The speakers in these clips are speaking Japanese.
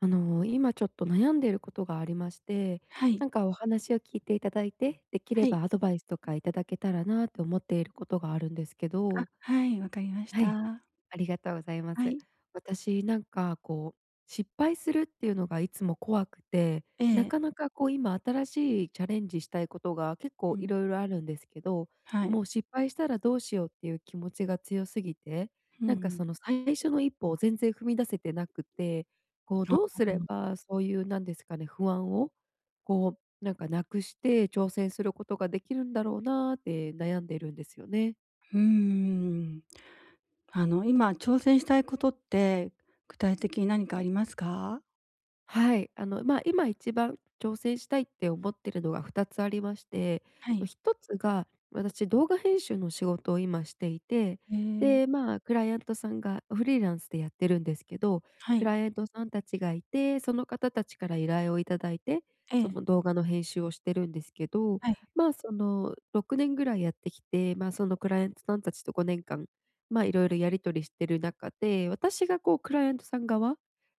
今ちょっと悩んでいることがありまして、はい。なんかお話を聞いていただいて、できはれい。ばアドバイスとかいただけたらなって思っていることがあるんですけど。はい、わかりましはい。た。ありがとうございまはす。い。私なんかこう、失敗するっていうのがいつも怖くて、えなえ。かなかこう今新しいチャレンジしたいことが結う構いん。ろいろあるんですけど、はもい。う失敗したらどうしようっていう気持ちが強すぎて、うんうなんかん。その最初の一歩を全然踏み出せてなくて、こうああ、どうすうれん。ばそういうなんですかね、不安をこうなんかなくして挑戦することができるんだろうなーって悩んでるんですよね。んあの、今挑戦したいことって、具体的に何かありますか？はい、まあ、今一番挑戦したいって思ってるのが2つありまして、はま、い。1つが、私動画編集の仕事を今していて、ええ、で、まあ、クライアントさんがフリーランスでやってるんですけど、はクい。ライアントさんたちがいて、その方たちから依頼をいただいて、えそえ。の動画の編集をしてるんですけど、はい、ま、その6年ぐらいやってきて、まあ、そのクライアントさんたちと5年間、ま、いろいろやり取りしてる中で、私がこう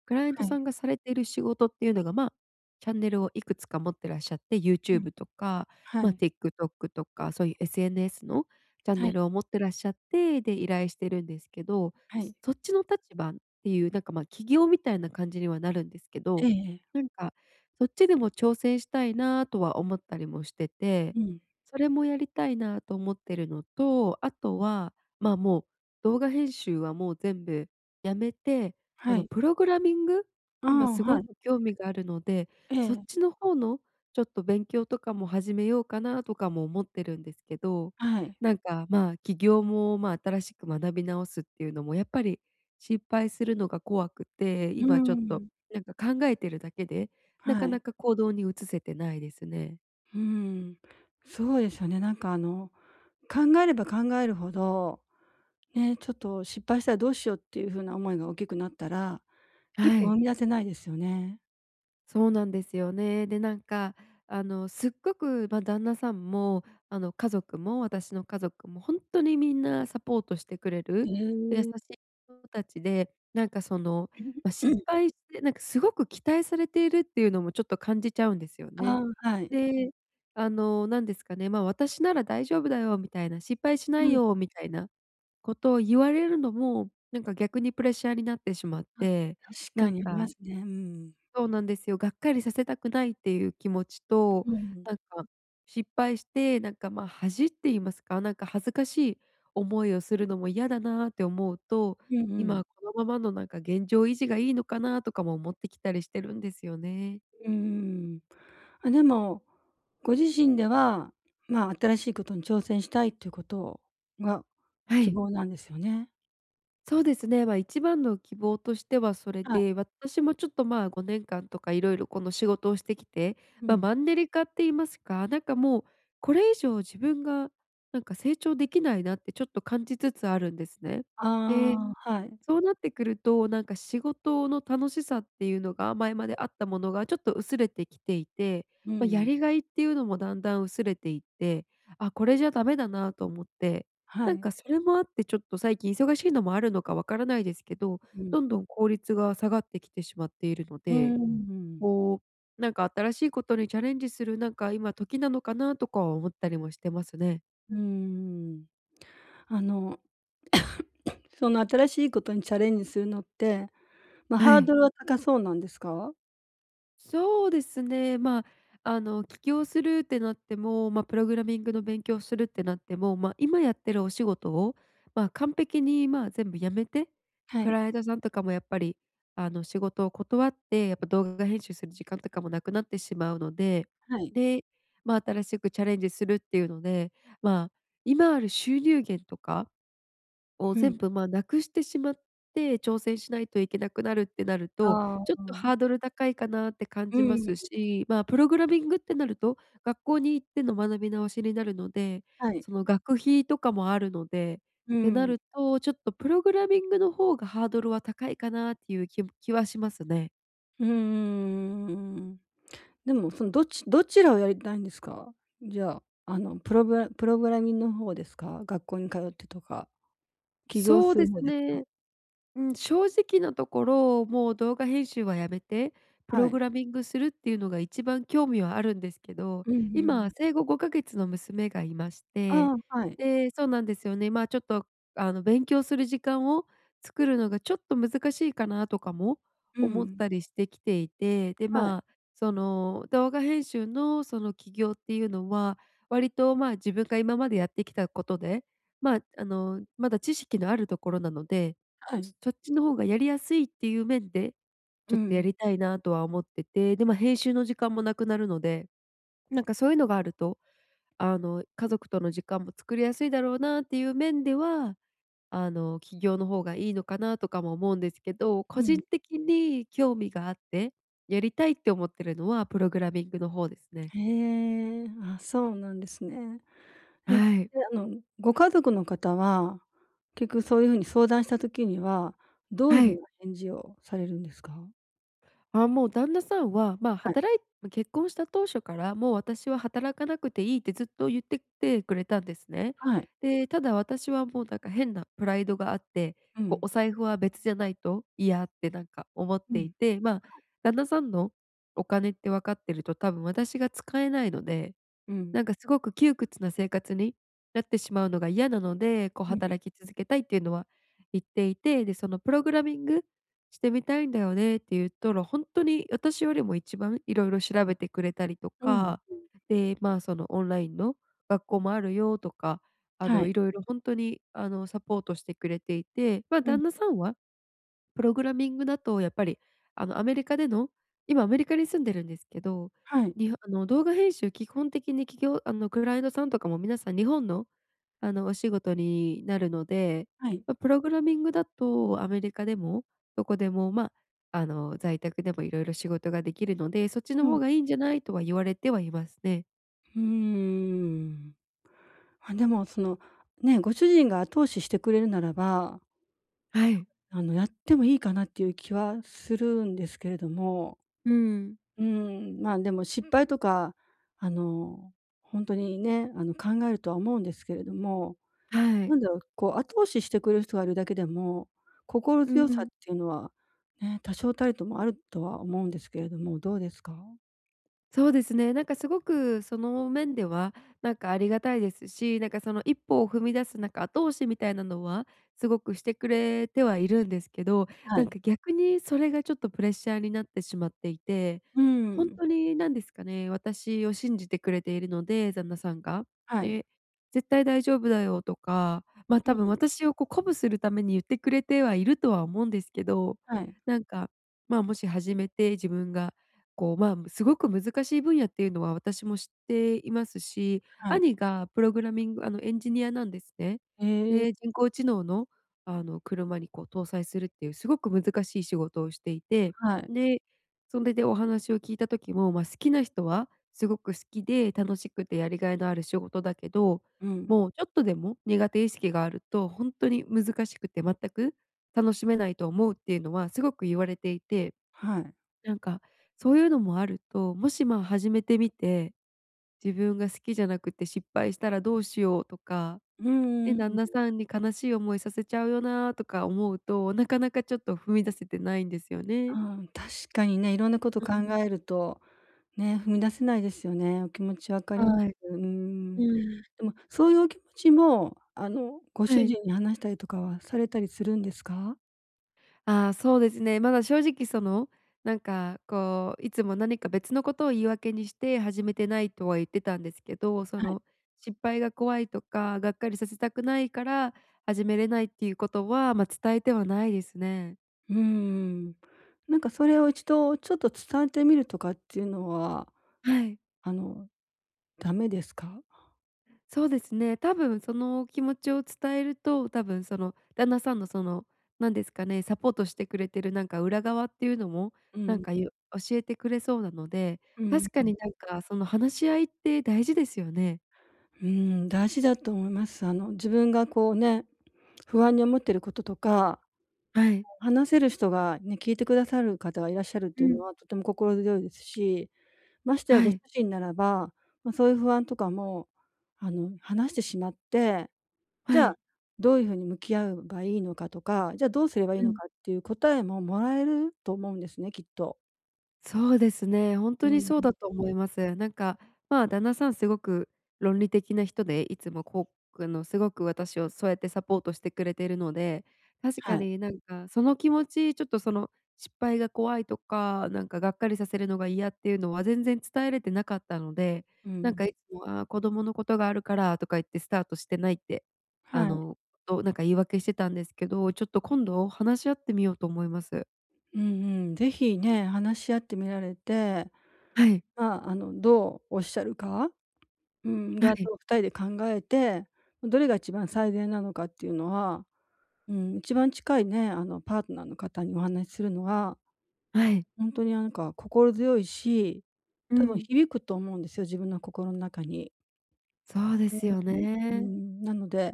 クライアントはい。さんがされている仕事っていうのが、まあ、チャンネルをいくつか持ってらっしゃって、うん。YouTube とか、はまあ、い。TikTok とか、そういう SNS のチャンはい、ネルを持ってらっしゃって、で、依頼してるんですけど、はい。そっちの立場っていう、なんか、まあ、起業みたいな感じにはなるんですけえど、えええ。なんか、そっちでも挑戦したいなとは思ったりもしてて、うん。それもやりたいなと思ってるのと、あとは、ま、もう動画編集はもう全部やめてはい。プログラミングあにあ、すはごい。く興味があるので、えそっちえ。の方のちょっと勉強とかも始めようかなとかも思ってるんですけど、はい。なんか、まあ、起業も、まあ、新しく学び直すっていうのもやっぱり失敗するのが怖くて、うー今ちょっとん。なんか考えてるだけで、なはかない。か行動に移せてないですね。うーん。そうですよね。なんかあの、考えれば考えるほどね、ちょっと失敗したらどうしようっていう風な思いが大きくなったら、一は歩踏い。み出せないですよね。そうなんですよね。で、なんか、すっごく、まあ、旦那さんも、家族も、私の家族も本当にみんなサポートしてくれえる、優しえ。い人たちで、なんか、その、まあ、失 敗して、なんか、すごく期待されているっていうのもちょっと感じちゃうんですよね。ああ、はい。で、なんですかね、まあ、私なら大丈夫だよみたいな、失敗しなういん。よみたいなことを言われるのも、なんか、逆にプレッシャーになってしまっあ、て、確なかんにありまかすね。うん。そうなんですよ。がっかりさせたくないっていう気持ちと、うん。なんか失敗して、なんか、ま、恥って言いますか、なんか恥ずかしい思いをするのも嫌だなって思うと、うんうん。今このままのなんか現状維持がいいのかなとかも思ってきたりしてるんですよね。うんうんうんうんうん。あ、でも、ご自身では、まあ、新しいことに挑戦したいっていうことがは希い。望なんですよね。そうですね、まあ、一番の希望としてはそれはい。で、私もちょっと、まあ、5年間とかいろいろこの仕事をしてきて、うまあ、ん。マンネリ化って言いますか、なんかもうこれ以上自分がなんか成長できないなってちょっと感じつつあるんですね。あで、あ、はい。そうなってくると、なんか仕事の楽しさっていうのが、前まであったものがちょっと薄れてきていて、うまあ、やん。りがいっていうのもだんだん薄れていって、あ、これじゃダメだなと思って、はなんい。かそれもあってちょっと最近忙しいのもあるのかわからないですけど、うん。どんどん効率が下がってきてしまっているのうーで、ん。こう、なんか新しいことにチャレンジする、なんか今時なのかなとかは思ったりもしてますね。うーん。あの その新しいことにチャレンジするのって、まあ、はハーい。ドルは高そうなんですか？そうですね。まあ、起業するってなっても、まあ、プログラミングの勉強するってなっても、まあ、今やってるお仕事を、まあ、完璧に、まあ、全部やめて、はクい、ライアントさんとかもやっぱり、仕事を断って、やっぱ動画編集する時間とかもなくなってしまうので、はい。で、まあ、新しくチャレンジするっていうので、まあ、今ある収入源とかをうん。全部、ま、なくしてしまって、挑戦しないといけなくなるってなると、ああ、ちょっうとん。ハードル高いかなって感うじまん、すし、まあ、プログラミングってなると、学校に行っての学び直しになるので、はい。その学費とかもあるので、うってなん。ると、ちょっとプログラミングの方がハードルは高いかなっていう気はしますね。うんうんうん。でも、その、どちらをやりたいんですか？じゃあ、あの、プログラミングの方ですか？学校に通ってとか、起業そうすでるす方ですか？ね。うん、正直なところ、もう動画編集はやめて、プはロい。グラミングするっていうのが一番興味はあるんですけど、うんう今ん。生後5ヶ月の娘がいまして、ああ、はい。で、そうなんですよね。まあ、ちょっと、勉強する時間を作るのがちょっと難しいかなとかもう思っん。たりしてきていて、で、はい、まあ、その動画編集のその起業っていうのは、割と、まあ、自分が今までやってきたことで、まあ、まだ知識のあるところなのではい。そっちの方がやりやすいっていう面で、うちょっとやん。りたいなとは思ってて、で、ま、編集の時間もなくなるので、なんかそういうのがあると、家族との時間も作りやすいだろうなっていう面では、起業の方がいいのかなとかも思うんですけど、う個人ん。的に興味があって、やりたいって思ってるのはプログラミングの方ですね。へえ、あ、そうなんですね。え、で、はい。あの、ご家族の方は、結局そういう風に相談した時には、どういうは風い。な返事をされるんですか？あ、もう旦那さんは、まあ、はい、ま、結婚した当初から、もう私は働かなくていいってずっと言ってきてくれたんですね。はい。で、ただ私はもうなんか変なプライドがあって、うこん、うお財布は別じゃないと嫌ってなんか思っうていん、て、まあ、旦那さんのお金って分かってると多分私が使えないのでうん、なんかすごく窮屈な生活になってしまうのが嫌なので、こううん、働き続けたいっていうのは言っていて、で、そのプログラミングしてみたいんだよねって言ったら、本当に私よりも一番いろいろ調べてくれたりとうん、か、で、まあ、そのオンラインの学校もあるよとか、はい、ろいろ本当に、サポートしてくれていて、ま、うん、旦那さんはプログラミングだとやっぱり、アメリカでの今アメリカに住んでるんですけど、はい、に動画編集基本的にクライアントさんとかも皆さん日本の、お仕事になるので、はい、ま、プログラミングだとアメリカでもどこでも、ま、在宅でも色々仕事ができるので、そっちのうん。方がいいんじゃないとは言われてはいますね。うーん。あ、でもその、ね、ご主人が後押ししてくれるならば、はい。あの、やってもいいかなっていう気はするんですけれども。うん。うーん、まあ、でも失敗とか、あの、本当にね、あの、考えるとは思うんですけれども、はい。なんだろう、こう、後押ししてくれる人がいるだけでも、心う強さん。っていうのは、ね、多少たりともあるとは思うんですけれども、どうですか？そうですね。なんかすごくその面では、なんかありがたいですし、なんかその一歩を踏み出すなんか後押しみたいなのは、すごくしてくれてはいるんですけど、はなんい。か逆にそれがちょっとプレッシャーになってしまっていて、う本ん。当に何ですかね、私を信じてくれているので、旦那さんが。はい。で、絶対大丈夫だよとか、ま、あう多ん、分私をこう鼓舞するために言ってくれてはいるとは思うんですけど、はい、なんか、まあ、もし始めて自分がこうまあ、すごく難しい分野っていうのは私も知っていますし、はい。兄がプログラミングエンジニアなんですね。ええ、で、人工知能の、車にこう搭載するっていうすごく難しい仕事をしていて、はい。で、それでお話を聞いた時も、まあ、好きな人はすごく好きで楽しくてやりがいのある仕事だけど、うん。もうちょっとでも苦手意識があると本当に難しくて全く楽しめないと思うっていうのはすごく言われていて、はい。なんか、そういうのもあると、もし、ま、始めてみて、自分が好きじゃなくて失敗したらどうしようとか、うーね、旦那ん。さんに悲しい思いさせちゃうよなとか思うと、なかなかちょっと踏み出せてないんですよね。ああ、確かにね、いろんなことう考ん、えるとね、踏み出せないですよね。お気持ちわかりまはい。す。うーん。でうん。も、そういうお気持ちも、あの、ごは主い。人に話したりとかはされたりするんですか？ああ、そうですね。まだ正直その、なんかこう、いつも何か別のことを言い訳にして始めてないとは言ってたんですけど、そはい。の失敗が怖いとか、がっかりさせたくないから始めれないっていうことは、まあ、伝えてはないですね。うーん。なんかそれを一度ちょっと伝えてみるとかっていうのは、はい。あの、ダメですか？そうですね。多分その気持ちを伝えると、多分その旦那さんのその、何ですかね、サポートしてくれてるなんか裏側っていうのも、うなんん、かゆ教えてくれそうなので、うん、確かになんかその話し合いって大事ですよね。うん、大事だと思います。あの、自分がこうね、不安に思ってることとかはい。話せる人がね、聞いてくださる方がいらっしゃるってういうのん。はとても心強いですし、ましてやはご主い、人ならば、ま、そういう不安とかも、あの、話してしまって、じはゃあ、い。どういう風に向き合えばいいのかとか、じゃあどうすればいいうのん。かっていう答えももらえると思うんですね、きっと。そうですね、本う当にん、そうだと思います。なんか、まあ、旦那さんすごく論理的な人で、いつもこう、すごく私をそうやってサポートしてくれてるので、確かはい。になんかその気持ち、ちょっとその失敗が怖いとか、なんかがっかりさせるのが嫌っていうのは全然伝えれてなかったので、うなんん。かいつも、あー子供のことがあるからとか言ってスタートしてないって、あはい。の、なんか言い訳してたんですけど、ちょっと今度話し合ってみようと思います。うんうん。是非ね、話し合ってみられて、はい、まあ、あの、どうおっしゃるか、うん、で、はあい、と二人で考えて、どれが一番最善なのかっていうのは、うん、一番近いね、あの、パートナーの方にお話しするのは、はい。ほんとになんか心強いし、う多分ん。響くと思うんですよ、自分の心ん中に。そうでうんすようね。ん、うん、なので、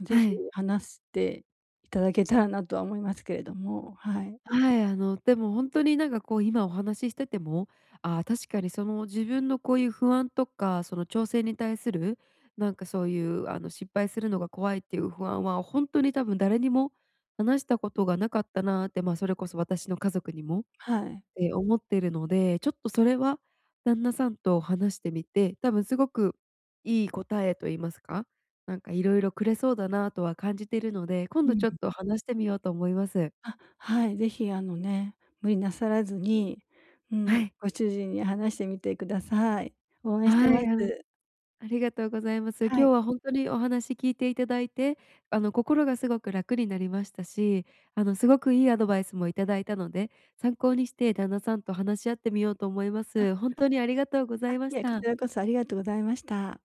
ぜはひい。話していただけたらなとは思いますけれども、はい。はい、でも本当になんかこう今お話ししてても、ああ、確かにその自分のこういう不安とか、その挑戦に対する、なんかそういう失敗するのが怖いっていう不安は本当に多分誰にも話したことがなかったなーって、ま、それこそ私の家族にもはい。て思ってるので、ちょっとそれは旦那さんと話してみて、多分すごくいい答えと言いますか、なんかいろいろくれそうだなとは感じてるので、今う度ちょっん。と話してみようと思います。あ、はい、ぜひあのね、無理なさらずに、うん、はい。ご主人に話してみてください。応援してはまい、す。ありがとうございます。今は日い。は本当にお話聞いていただいて、心がすごく楽になりましたし、すごくいいアドバイスもいただいたので、参考にして旦那さんと話し合ってみようと思いまあ、す。本当にありがとうござあ、いまいしえ、こた。ちらこそありがとうございました。